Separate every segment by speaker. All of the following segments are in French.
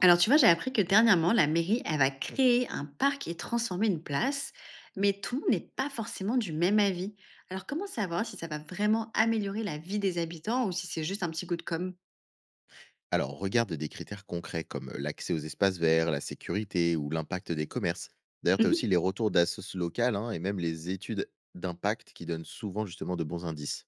Speaker 1: Alors tu vois, j'ai appris que dernièrement, la mairie, elle va créer un parc et transformer une place, mais tout le monde n'est pas forcément du même avis. Alors comment savoir si ça va vraiment améliorer la vie des habitants ou si c'est juste un petit coup de com'?
Speaker 2: Alors, regarde des critères concrets comme l'accès aux espaces verts, la sécurité ou l'impact des commerces. D'ailleurs, tu as aussi les
Speaker 1: Mhm.
Speaker 2: retours d'assos locales hein, et même les études d'impact qui donnent souvent justement de bons indices.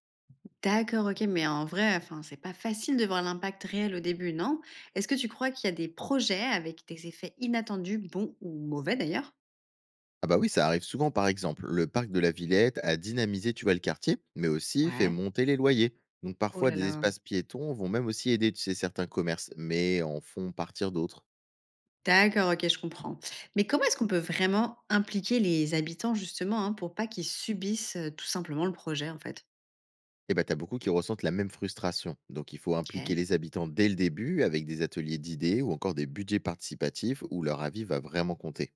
Speaker 1: D'accord, ok, mais en vrai, enfin, c'est pas facile de voir l'impact réel au début, non? Est-ce que tu crois qu'il y a des projets avec des effets inattendus, bons ou mauvais d'ailleurs?
Speaker 2: Ah bah oui, ça arrive souvent par exemple. Le parc de la Villette a dynamisé, tu vois, le quartier, mais aussi fait
Speaker 1: Ouais.
Speaker 2: monter les loyers. Donc
Speaker 1: Oh
Speaker 2: parfois,
Speaker 1: là
Speaker 2: des
Speaker 1: là.
Speaker 2: espaces piétons vont même aussi aider, tu sais, certains commerces, mais en font partir d'autres.
Speaker 1: D'accord, OK, je comprends. Mais comment est-ce qu'on peut vraiment impliquer les habitants justement, hein, pour pas qu'ils subissent, tout simplement le projet, en fait?
Speaker 2: Eh ben, t'as beaucoup qui ressentent la même frustration. Donc, il faut impliquer
Speaker 1: OK.
Speaker 2: les habitants dès le début avec des ateliers d'idées ou encore des budgets participatifs où leur avis va vraiment compter.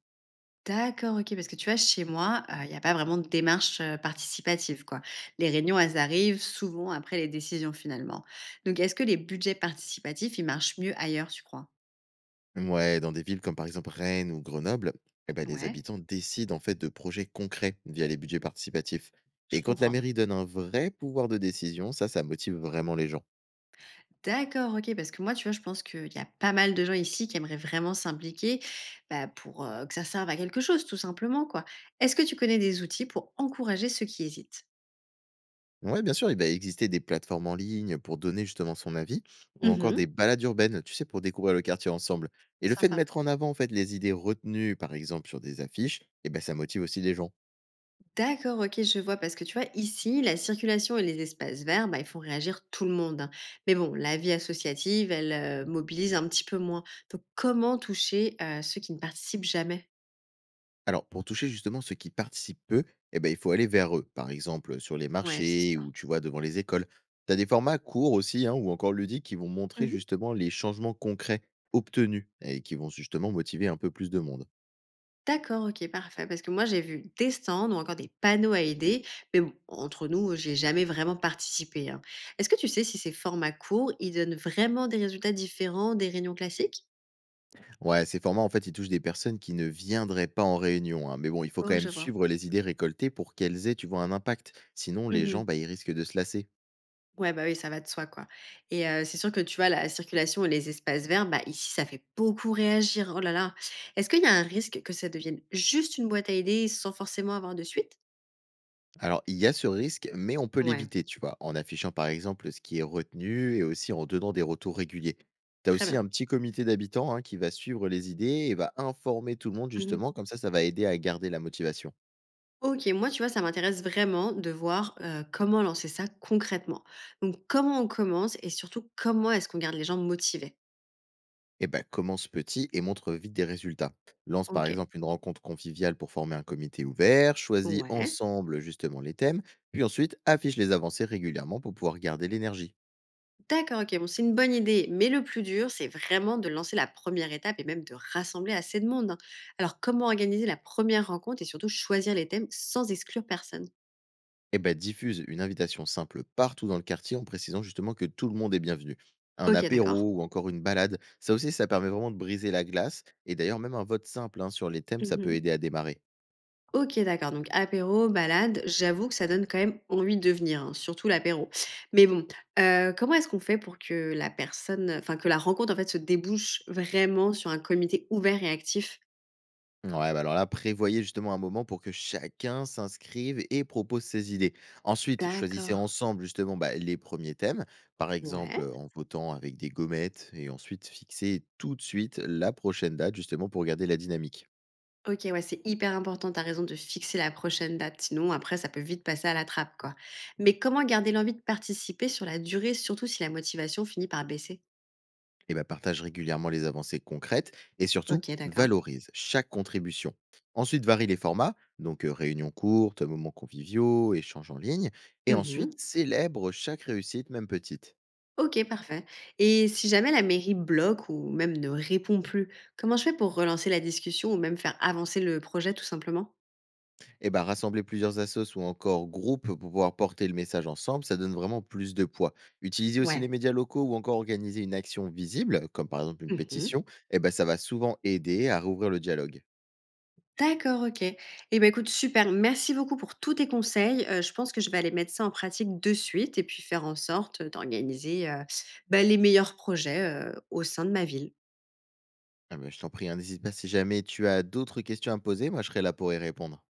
Speaker 1: D'accord, OK, parce que tu vois, chez moi, il y a pas vraiment de démarche, participative, quoi. Les réunions, elles arrivent souvent après les décisions, finalement. Donc est-ce que les budgets participatifs, ils marchent mieux ailleurs, tu crois?
Speaker 2: Ouais, dans des villes comme par exemple Rennes ou Grenoble, eh ben, les
Speaker 1: Ouais,
Speaker 2: habitants décident en fait de projets concrets via les budgets participatifs.
Speaker 1: je
Speaker 2: Et quand la
Speaker 1: comprends.
Speaker 2: mairie donne un vrai pouvoir de décision, ça motive vraiment les gens.
Speaker 1: D'accord, OK, parce que moi, tu vois, je pense qu'il y a pas mal de gens ici qui aimeraient vraiment s'impliquer, bah, pour, que ça serve à quelque chose, tout simplement, quoi. Est-ce que tu connais des outils pour encourager ceux qui hésitent?
Speaker 2: Ouais, bien sûr, il va exister des plateformes en ligne pour donner justement son avis, ou encore
Speaker 1: Mmh.
Speaker 2: des balades urbaines, tu sais, pour découvrir le quartier ensemble. Et le fait de
Speaker 1: Sympa.
Speaker 2: mettre en avant en fait les idées retenues, par exemple sur des affiches, eh ben ça motive aussi les gens.
Speaker 1: D'accord, OK, je vois parce que tu vois, ici, la circulation et les espaces verts, bah, ils font réagir tout le monde, hein. Mais bon, la vie associative, elle, mobilise un petit peu moins. Donc comment toucher, ceux qui ne participent jamais?
Speaker 2: Alors pour toucher justement ceux qui participent peu, eh ben il faut aller vers eux, par exemple sur les
Speaker 1: Ouais, c'est
Speaker 2: marchés
Speaker 1: sûr.
Speaker 2: ou tu vois devant les écoles. T'as des formats courts aussi, hein, ou encore ludiques qui vont montrer
Speaker 1: Mmh.
Speaker 2: justement les changements concrets obtenus et qui vont justement motiver un peu plus de monde.
Speaker 1: D'accord, OK, parfait. Parce que moi, j'ai vu des stands ou encore des panneaux à aider, mais bon, entre nous, j'ai jamais vraiment participé, hein. Est-ce que tu sais si ces formats courts, ils donnent vraiment des résultats différents des réunions classiques?
Speaker 2: Ouais, ces formats, en fait, ils touchent des personnes qui ne viendraient pas en réunion, hein. Mais bon, il faut quand
Speaker 1: Oh, je
Speaker 2: même
Speaker 1: vois.
Speaker 2: suivre les idées récoltées pour qu'elles aient, tu vois, un impact. Sinon, les
Speaker 1: Mmh.
Speaker 2: gens, bah, ils risquent de se lasser.
Speaker 1: Ouais, bah oui, ça va de soi, quoi. Et c'est sûr que tu vois, la circulation et les espaces verts, bah, ici, ça fait beaucoup réagir. Oh là là. Est-ce qu'il y a un risque que ça devienne juste une boîte à idées sans forcément avoir de suite?
Speaker 2: Alors, il y a ce risque, mais on peut
Speaker 1: Ouais,
Speaker 2: l'éviter, tu vois, en affichant, par exemple, ce qui est retenu et aussi en donnant des retours réguliers. Tu as
Speaker 1: très
Speaker 2: aussi un
Speaker 1: bien.
Speaker 2: petit comité d'habitants hein, qui va suivre les idées et va informer tout le monde,
Speaker 1: Mmh.
Speaker 2: justement, comme ça va aider à garder la motivation.
Speaker 1: OK, moi, tu vois, ça m'intéresse vraiment de voir, comment lancer ça concrètement. Donc comment on commence et surtout comment est-ce qu'on garde les gens motivés?
Speaker 2: Eh ben, commence petit et montre vite des résultats. Lance par
Speaker 1: OK,
Speaker 2: exemple une rencontre conviviale pour former un comité ouvert, choisis
Speaker 1: ouais.
Speaker 2: ensemble justement les thèmes, puis ensuite affiche les avancées régulièrement pour pouvoir garder l'énergie.
Speaker 1: D'accord, OK, bon, c'est une bonne idée, mais le plus dur, c'est vraiment de lancer la première étape et même de rassembler assez de monde, hein. Alors comment organiser la première rencontre et surtout choisir les thèmes sans exclure personne?
Speaker 2: Et ben, diffuse une invitation simple partout dans le quartier en précisant justement que tout le monde est bienvenu. Un
Speaker 1: OK, d'accord.
Speaker 2: apéro ou encore une balade, ça aussi ça permet vraiment de briser la glace. Et d'ailleurs même un vote simple hein, sur les thèmes, ça peut
Speaker 1: Mmh.
Speaker 2: aider à démarrer.
Speaker 1: OK, d'accord, donc apéro, balade, j'avoue que ça donne quand même envie de venir, hein, surtout l'apéro. Mais bon, comment est-ce qu'on fait pour que que la rencontre, en fait, se débouche vraiment sur un comité ouvert et actif?
Speaker 2: Ouais, bah alors là, prévoyez justement un moment pour que chacun s'inscrive et propose ses idées. Ensuite, choisissez
Speaker 1: D'accord.
Speaker 2: ensemble justement bah, les premiers thèmes, par exemple
Speaker 1: Ouais.
Speaker 2: en votant avec des gommettes, et ensuite fixez tout de suite la prochaine date justement pour garder la dynamique.
Speaker 1: OK, ouais, c'est hyper important, tu raison de fixer la prochaine date, sinon après ça peut vite passer à la trappe, quoi. Mais comment garder l'envie de participer sur la durée, surtout si la motivation finit par baisser?
Speaker 2: Et bah, partage régulièrement les avancées concrètes et surtout
Speaker 1: OK, d'accord.
Speaker 2: valorise chaque contribution. Ensuite, varie les formats, donc réunions courtes, moments conviviaux, échanges en ligne, et ensuite
Speaker 1: Mmh.
Speaker 2: célèbre chaque réussite, même petite.
Speaker 1: OK, parfait. Et si jamais la mairie bloque ou même ne répond plus, comment je fais pour relancer la discussion ou même faire avancer le projet tout simplement?
Speaker 2: Eh ben, rassembler plusieurs assos ou encore groupes pour pouvoir porter le message ensemble, ça donne vraiment plus de poids. Utiliser aussi les
Speaker 1: Ouais.
Speaker 2: médias locaux ou encore organiser une action visible, comme par exemple une
Speaker 1: Mmh.
Speaker 2: pétition, eh ben, ça va souvent aider à rouvrir le dialogue.
Speaker 1: D'accord, OK. Eh ben, écoute, super. Merci beaucoup pour tous tes conseils. Je pense que je vais aller mettre ça en pratique de suite et puis faire en sorte, d'organiser, bah, les meilleurs projets, au sein de ma ville.
Speaker 2: Ah ben, je t'en prie, hein, n'hésite pas si jamais tu as d'autres questions à me poser, moi je serai là pour y répondre.